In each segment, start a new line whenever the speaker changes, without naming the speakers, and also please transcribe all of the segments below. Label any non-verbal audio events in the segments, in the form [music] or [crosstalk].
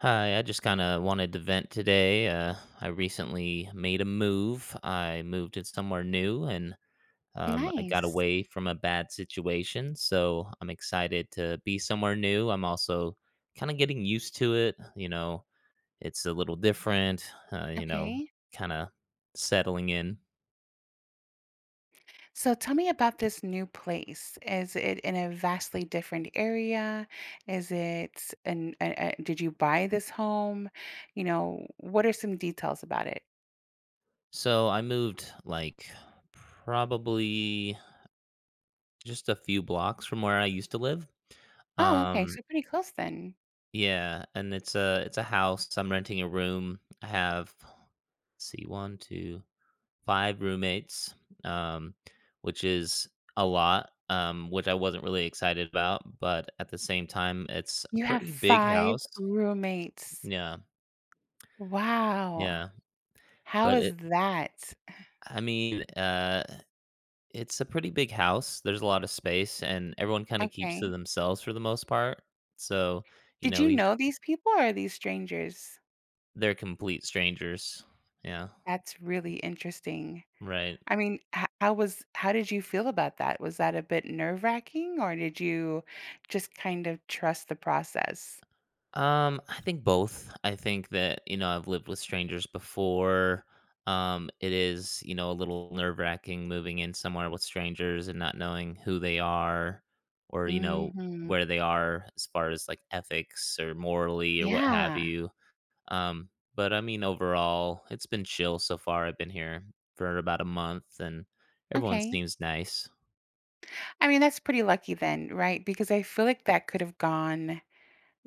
Hi, I just kind of wanted to vent today. I recently made a move. I moved to somewhere new and I got
Nice.
away from a bad situation. So I'm excited to be somewhere new. I'm also kind of getting used to it. You know, it's a little different, uh, you know,
Okay.
kind of settling in.
So tell me about this new place. Is it in a vastly different area? Is it did you buy this home? You know, what are some details about it?
So I moved like probably just a few blocks from where I used to live.
Oh, okay.
Um,
So pretty close then.
Yeah, and it's a house. I'm renting a room. I have let's see, one, two, five roommates, um, which is a lot, which I wasn't really excited about, but at the same time, it's a
You have
pretty big
five
house.
roommates.
Yeah,
Wow.
yeah.
How
But it,
is that?
I mean, It's a pretty big house. There's a lot of space, and everyone kind of keeps to
Okay.
themselves for the most part. So, you
Did
know,
you
each,
know these people, or are these strangers?
they're complete strangers. Yeah,
That's really interesting.
right.
I mean, h how was how did you feel about that? Was that a bit nerve-wracking, or did you just kind of trust the process?
I think both. I think that, you know, I've lived with strangers before. It is, you know, a little nerve wracking moving in somewhere with strangers and not knowing who they are or, you know,
Mhm.
where they are as far as like ethics or morally or what have
Yeah,
you. Um, but I mean, overall, it's been chill so far. I've been here for about a month and everyone
okay.
seems nice.
I mean, that's pretty lucky then, right? Because I feel like that could have gone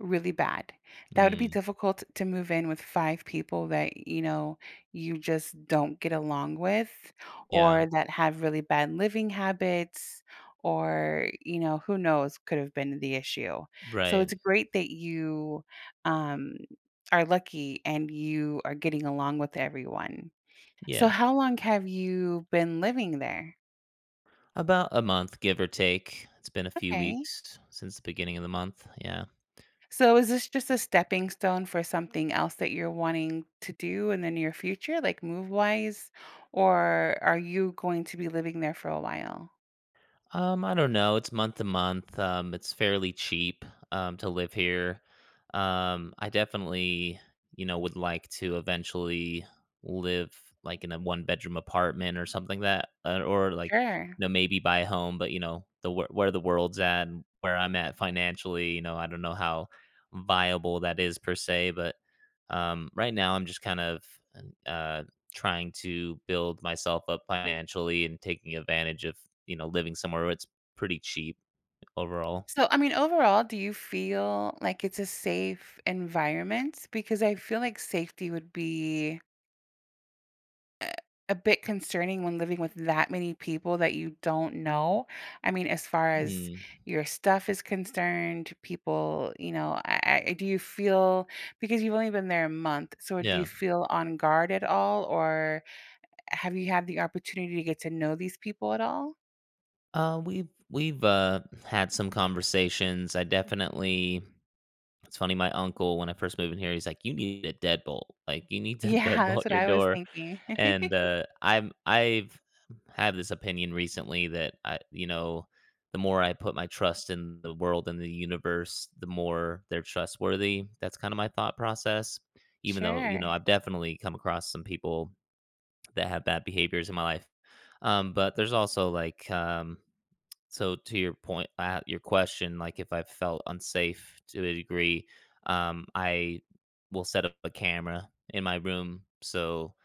really bad. That would be
Mm,
difficult to move in with 5 people that, you know, you just don't get along with,
yeah,
or that have really bad living habits, or, you know, who knows could have been the issue. So
right.
it's great that you, um, are lucky and you are getting along with everyone. So
Yeah.
how long have you been living there?
About a month, give or take. It's been a few
Okay.
weeks since the beginning of the month, yeah.
So is this just a stepping stone for something else that you're wanting to do in the near future, like move wise, or are you going to be living there for a while?
I don't know, it's month to month, it's fairly cheap, to live here. I definitely, you know, would like to eventually live, like, in a one-bedroom apartment or something that or, like,
Sure.
you know, maybe buy a home, but, you know, the where the world's at and where I'm at financially, you know, I don't know how viable that is per se, but, right now, I'm just kind of, uh trying to build myself up financially and taking advantage of, you know, living somewhere where it's pretty cheap overall.
So, I mean, overall, do you feel like it's a safe environment? Because I feel like safety would be a a bit concerning when living with that many people that you don't know. I mean, as far as
Mm,
your stuff is concerned, people, you know, I do you feel, because you've only been there a month, so do you
yeah.
feel on guard at all, or have you had the opportunity to get to know these people at all? [laughs]
We've had some conversations. I definitely. It's funny. My uncle, when I first moved in here, he's like, "You need a deadbolt. Like, you need to [laughs]
Yeah,
deadbolt
that's what
your
I was
door."
thinking. [laughs]
I've have this opinion recently that the more I put my trust in the world and the universe, the more they're trustworthy. That's kinda my thought process, even though, you know,
Sure.
I've definitely come across some people that have bad behaviors in my life. But there's also, like, so to your point, your question, like if I felt unsafe to a degree, I will set up a camera in my room. So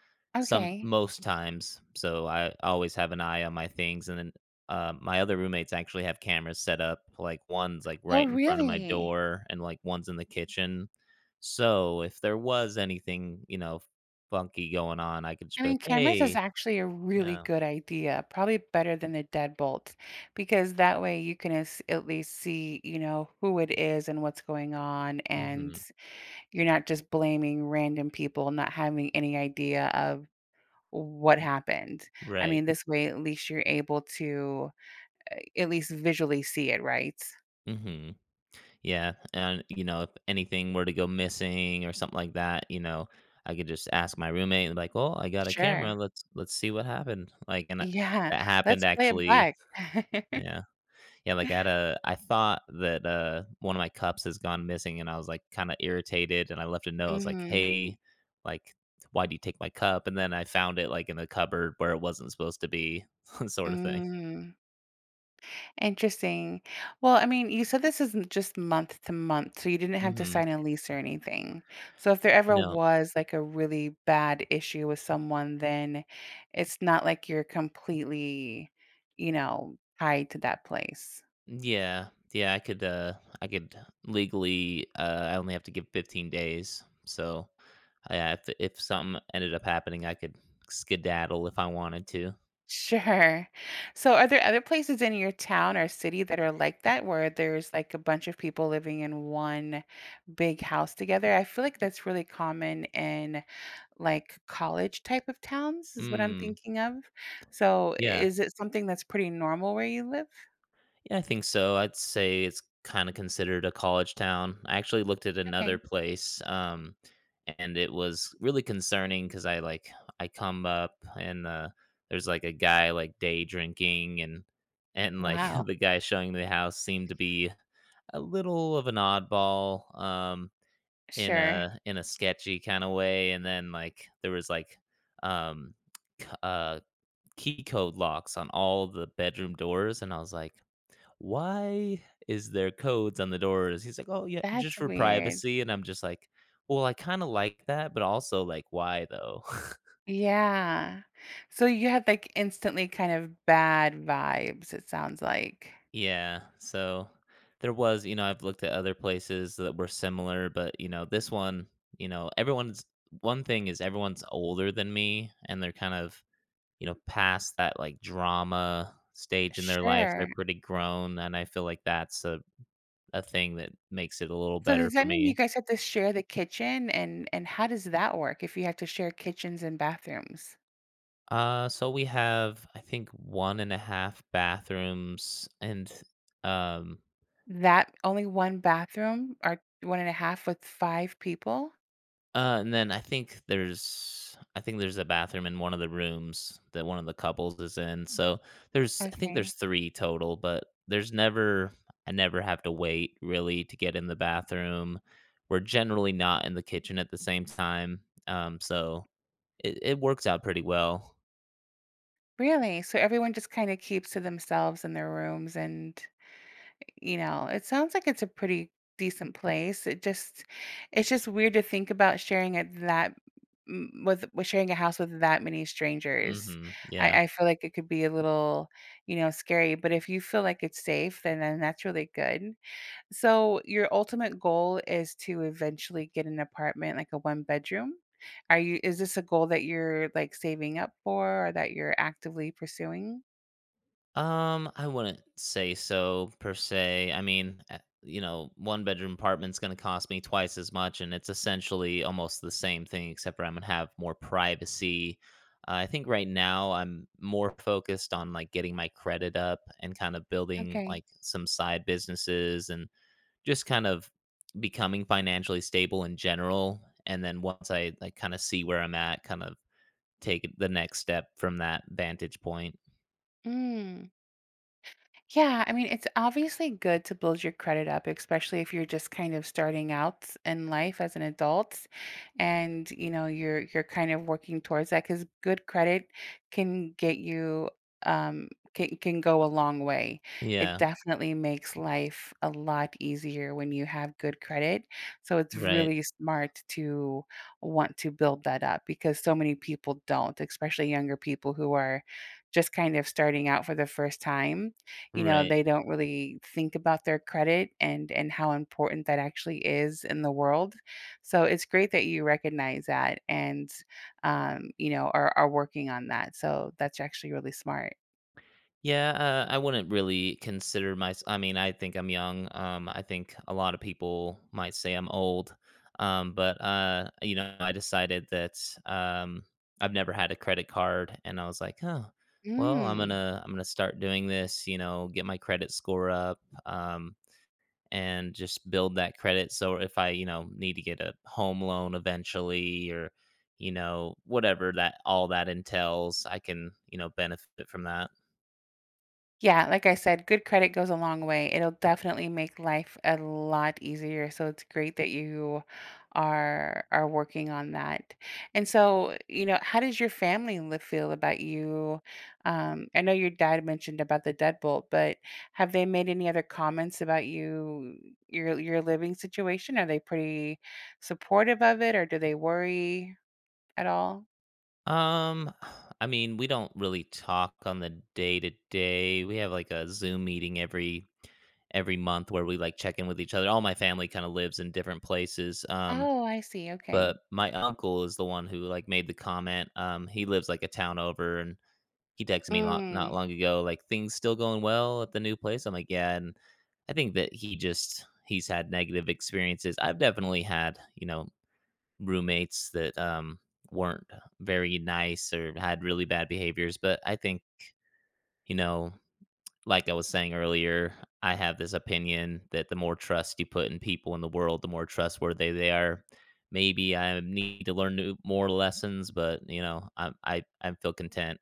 some
Okay.
most times, so I always have an eye on my things, and then my other roommates actually have cameras set up. Like one's like
Oh,
right in front of my
really?
door, and like one's in the kitchen. So if there was anything, you know, funky going on, I could
I
just be
mean,
like,
cameras is
"Hey,
actually a really
yeah,
good idea, probably better than the deadbolt, because that way you can at least see, you know, who it is and what's going on, and
mm-hmm,
you're not just blaming random people, not having any idea of what happened. I
right,
mean, this way at least you're able to at least visually see it, right?
mm-hmm." Yeah, and, you know, if anything were to go missing or something like that, you know, I could just ask my roommate and be like, "Oh, I got a camera.
Sure.
Let's see what happened." Like, and that
Yeah,
that happened
let's play it
actually.
back. [laughs]
Yeah. Yeah, like I had a I thought that, one of my cups has gone missing and I was, like, kinda irritated and I left a note. I was like,
Hmm.
"Hey, like, why do you take my cup?" And then I found it, like, in the cupboard where it wasn't supposed to be, [laughs] sort of thing.
Hmm. Interesting. Well, I mean, you said this isn't just month to month, so you didn't have to
Mhm.
sign a lease or anything. So if there ever
No.
was like a really bad issue with someone, then it's not like you're completely, you know, tied to that place. [laughs]
Yeah, yeah, I could legally, I only have to give 15 days. So, yeah, if something ended up happening, I could skedaddle if I wanted to.
Sure. So are there other places in your town or city that are like that, where there's like a bunch of people living in one big house together? I feel like that's really common in like college type of towns is what I'm
Mm,
thinking of. So,
yeah,
is it something that's pretty normal where you live?
yeah, I think so. I'd say it's kind of considered a college town. I actually looked at another
Okay.
place, and it was really concerning because I come up and there's like a guy like day drinking and like [laughs]
Wow.
the guy showing me the house seemed to be a little of an oddball in
Sure.
a sketchy kind of way and then like there was like um c- uh key code locks on all the bedroom doors and I was like why is there codes on the doors. He's like, oh yeah, just
That's
for
weird.
privacy, and I'm just like, well, I kind of like that but also like why though. [laughs]
Yeah. So, you had, like, instantly kind of bad vibes, it sounds like.
Yeah, so there was, you know, I've looked at other places that were similar, but you know, this one, you know, everyone's one thing is everyone's older than me and they're kind of, you know, past that like drama stage in their life.
Sure.
They're pretty grown and I feel like that's a thing that makes it a little
So,
better
does
for
that mean
me.
you guys have to share the kitchen, and how does that work if you have to share kitchens and bathrooms?
So we have, I think, one and a half bathrooms, um,
That only 1 bathroom, or one and a half with 5 people?
And then I think there's a bathroom in one of the rooms that one of the couples is in. So there's I think there's
Okay.
3 total, but there's never I never have to wait really to get in the bathroom. We're generally not in the kitchen at the same time. So it works out pretty well.
Really? So everyone just kind of keeps to themselves in their rooms and, you know, it sounds like it's a pretty decent place. It just it's just weird to think about sharing it with sharing a house with that many strangers.
Mhm. Yeah.
I feel like it could be a little, you know, scary, but if you feel like it's safe, then that's really good. So your ultimate goal is to eventually get an apartment, like a one bedroom? Are you is this a goal that you're, like, saving up for, or that you're actively pursuing?
I wouldn't say so per se. I mean, you know, one bedroom apartment's going to cost me twice as much, and it's essentially almost the same thing, except for I'm going to have more privacy. I think right now I'm more focused on like getting my credit up and kind of building
Okay.
like some side businesses and just kind of becoming financially stable in general. And then once I like kind of see where I'm at, kind of take the next step from that vantage point.
Mm. Yeah, I mean, it's obviously good to build your credit up, especially if you're just kind of starting out in life as an adult and, you know, you're kind of working towards that, because good credit can get you, um can go a long way. It
Yeah,
definitely makes life a lot easier when you have good credit. So it's
right.
really smart to want to build that up, because so many people don't, especially younger people who are just kind of starting out for the first time. You know,
Right.
they don't really think about their credit, and how important that actually is in the world. So it's great that you recognize that, and, you know, are working on that. So that's actually really smart.
Yeah, I wouldn't really consider my I mean, I think I'm young. I think a lot of people might say I'm old. But you know, I decided that um I've never had a credit card and I was like, "Oh, well,
Mm.
I'm going to start doing this, you know, get my credit score up and just build that credit so if I, you know, need to get a home loan eventually or you know, whatever that all that entails, I can, you know, benefit from that."
Yeah, like I said, good credit goes a long way. It'll definitely make life a lot easier. So it's great that you are working on that. And so, you know, how does your family feel about you? I know your dad mentioned about the deadbolt, but have they made any other comments about you, your living situation? Are they pretty supportive of it, or do they worry at all?
Um, I mean, we don't really talk on the day to day. We have like a Zoom meeting every month where we like check in with each other. All my family kind of lives in different places.
Oh, I see. Okay.
But my uncle is the one who like made the comment. He lives like a town over, and he texted me not long ago like things still going well at the new place. I'm like, yeah, and I think that he's had negative experiences. I've definitely had you know roommates that, weren't very nice or had really bad behaviors, but I think, you know, like I was saying earlier, I have this opinion that the more trust you put in people in the world, the more trustworthy they are. Maybe I need to learn new more lessons, but, you know, I feel content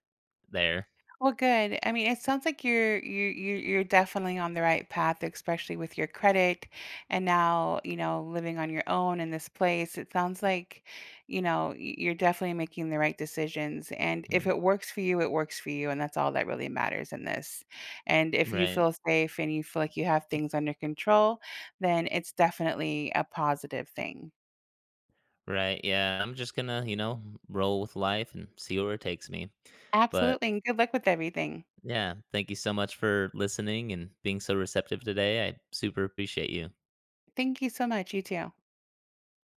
there.
Well, good. I mean, it sounds like you're you you you're definitely on the right path, especially with your credit, and now, you know, living on your own in this place. It sounds like, you know, you're definitely making the right decisions. And if
Mm.
it works for you, it works for you, and that's all that really matters in this. And if you
Right.
feel safe and you feel like you have things under control, then it's definitely a positive thing.
Right, yeah, I'm just gonna, you know, roll with life and see where it takes me, but
Absolutely. And good luck with everything.
Yeah. Thank you so much for listening and being so receptive today. I super appreciate you.
Thank you so much. You too.